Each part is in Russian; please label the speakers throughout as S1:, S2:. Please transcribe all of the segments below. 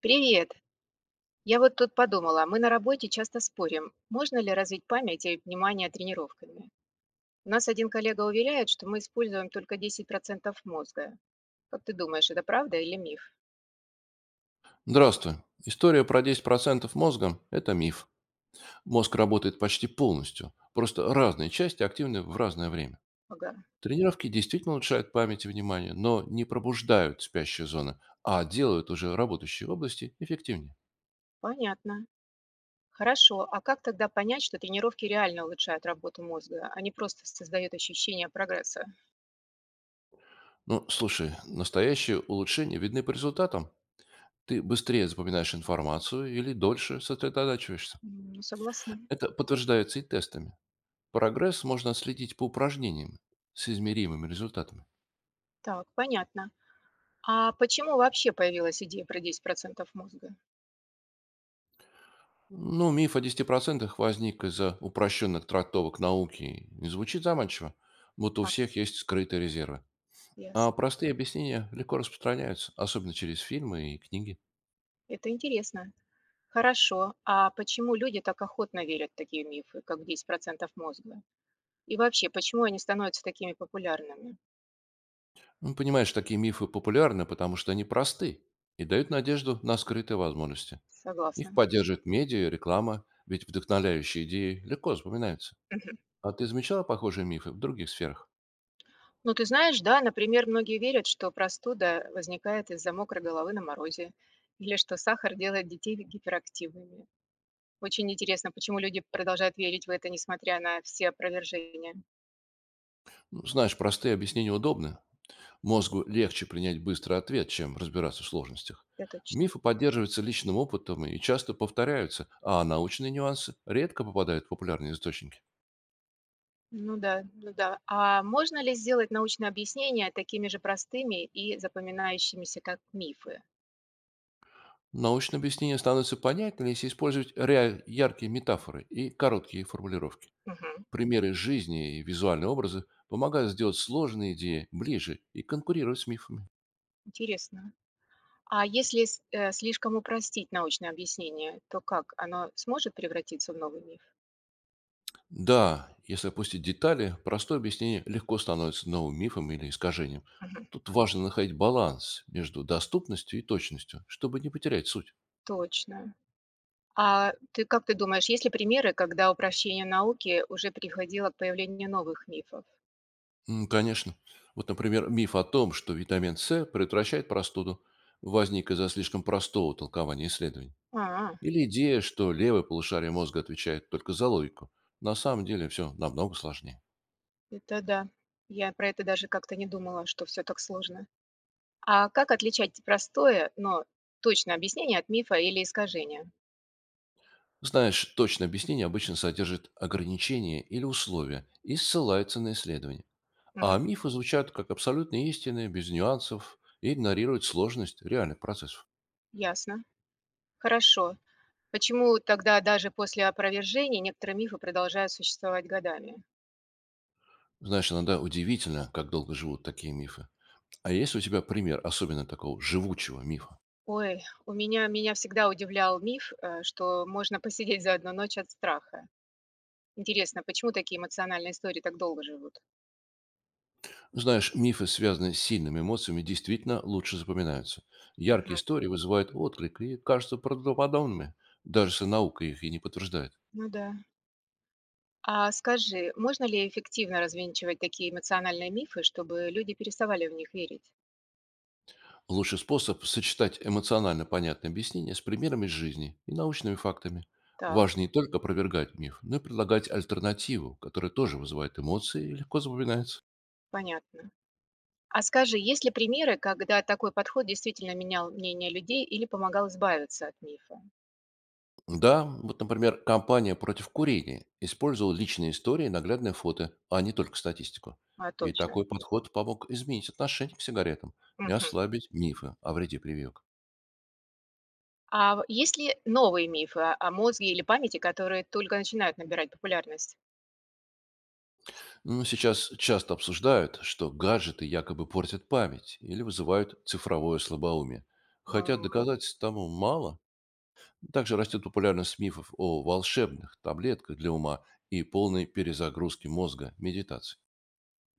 S1: Привет! Я вот тут подумала, мы на работе часто спорим, можно ли развить память и внимание тренировками. У нас один коллега уверяет, что мы используем только 10% мозга. Как ты думаешь, это правда или миф?
S2: Здравствуй. История про 10% мозга– это миф. Мозг работает почти полностью. Просто разные части активны в разное время.
S1: Ага,
S2: Тренировки действительно улучшают память и внимание, но не пробуждают спящие зоны, а делают уже работающие области эффективнее.
S1: понятно. Хорошо, а как тогда понять, что тренировки реально улучшают работу мозга, а не просто создают ощущение прогресса?
S2: Ну, слушай, настоящие улучшения видны по результатам. Ты быстрее запоминаешь информацию или дольше сосредотачиваешься.
S1: М, ну, согласна.
S2: Это подтверждается и тестами. Прогресс можно отследить по упражнениям с измеримыми результатами.
S1: Так, понятно. А почему вообще появилась идея про 10% мозга?
S2: Ну, миф о 10% возник из-за упрощенных трактовок науки и звучит заманчиво, будто у
S1: А,
S2: всех есть скрытые резервы. А
S1: ясно.
S2: простые объяснения легко распространяются, особенно через фильмы и книги.
S1: Это интересно. Хорошо. А почему люди так охотно верят в такие мифы, как 10% мозга? И вообще, почему они становятся такими популярными?
S2: Ну, понимаешь, такие мифы популярны, потому что они просты и дают надежду на скрытые возможности. Их
S1: Согласна.
S2: поддерживают медиа и реклама, ведь вдохновляющие идеи легко запоминаются.
S1: Мгм.
S2: А ты замечала похожие мифы в других сферах?
S1: Ну, ты знаешь, да, например, многие верят, что простуда возникает из-за мокрой головы на морозе, или что сахар делает детей гиперактивными. Очень интересно, почему люди продолжают верить в это, несмотря на все опровержения.
S2: Ну, знаешь, простые объяснения удобны, мозгу легче принять быстрый ответ, чем разбираться в сложностях.
S1: Да, точно.
S2: Мифы поддерживаются личным опытом и часто повторяются, а научные нюансы редко попадают в популярные источники.
S1: Ну да, ну да. А можно ли сделать научные объяснения такими же простыми и запоминающимися, как мифы?
S2: Научное объяснение становится понятнее, если использовать яркие метафоры и короткие формулировки.
S1: Мгм.
S2: Примеры жизни и визуальные образы помогают сделать сложные идеи ближе и конкурировать с мифами.
S1: Интересно. А если слишком упростить научное объяснение, то как? Оно сможет превратиться в новый миф?
S2: Да, если опустить детали, простое объяснение легко становится новым мифом или искажением.
S1: Мгм.
S2: Тут важно находить баланс между доступностью и точностью, чтобы не потерять суть.
S1: Точно. А ты как ты думаешь, есть ли примеры, когда упрощение науки уже приходило к появлению новых мифов?
S2: Конечно. Вот, например, миф о том, что витамин С предотвращает простуду, возник из-за слишком простого толкования исследований.
S1: А,
S2: Или идея, что левое полушарие мозга отвечает только за логику. На самом деле все намного сложнее.
S1: это да. Я про это даже как-то не думала, что все так сложно. А как отличать простое, но точное объяснение от мифа или искажения?
S2: Знаешь, точное объяснение обычно содержит ограничения или условия и ссылается на исследования. А
S1: Мгм.
S2: мифы звучат как абсолютные истины, без нюансов, и игнорируют сложность реальных процессов.
S1: Ясно. Хорошо. Почему тогда даже после опровержения некоторые мифы продолжают существовать годами?
S2: Знаешь, иногда удивительно, как долго живут такие мифы. А есть у тебя пример особенно такого живучего мифа?
S1: Ой, у меня всегда удивлял миф, что можно посидеть за одну ночь от страха. Интересно, почему такие эмоциональные истории так долго живут?
S2: Знаешь, мифы, связанные с сильными эмоциями, действительно лучше запоминаются. Яркие
S1: Мгм.
S2: истории вызывают отклик и кажутся правдоподобными, даже если наука их и не подтверждает.
S1: Ну да. А скажи, можно ли эффективно развенчивать такие эмоциональные мифы, чтобы люди переставали в них верить?
S2: Лучший способ– сочетать эмоционально понятные объяснения с примерами из жизни и научными фактами.
S1: Так,
S2: Важно не только опровергать миф, но и предлагать альтернативу, которая тоже вызывает эмоции и легко запоминается.
S1: понятно. А скажи, есть ли примеры, когда такой подход действительно менял мнение людей или помогал избавиться от мифа?
S2: Да, вот, например, компания против курения использовала личные истории и наглядные фото, а не только статистику.
S1: А,
S2: И
S1: точно.
S2: такой подход помог изменить отношение к сигаретам и
S1: Мгм.
S2: ослабить мифы о вреде прививок.
S1: А в есть ли новые мифы о мозге или памяти, которые только начинают набирать популярность?
S2: Ну, сейчас часто обсуждают, что гаджеты якобы портят память или вызывают цифровое слабоумие. Хотя
S1: М,
S2: доказательств тому мало. Также растет популярность мифов о волшебных таблетках для ума и полной перезагрузке мозга медитации.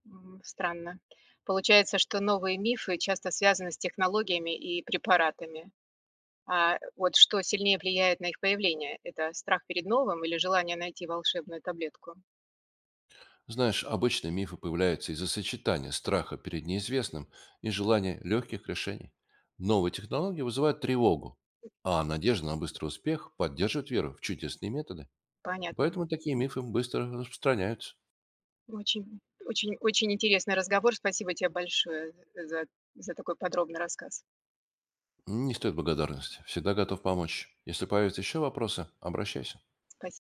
S1: м, странно. Получается, что новые мифы часто связаны с технологиями и препаратами. А вот что сильнее влияет на их появление? Это страх перед новым или желание найти волшебную таблетку?
S2: Знаешь, обычно мифы появляются из-за сочетания страха перед неизвестным и желания легких решений. Новые технологии вызывают тревогу, а надежда на быстрый успех поддерживает веру в чудесные методы.
S1: Понятно.
S2: Поэтому такие мифы быстро распространяются.
S1: Очень, очень, очень интересный разговор. Спасибо тебе большое за, за такой подробный рассказ.
S2: Не стоит благодарности. Всегда готов помочь. Если появятся еще вопросы, обращайся.
S1: Спасибо.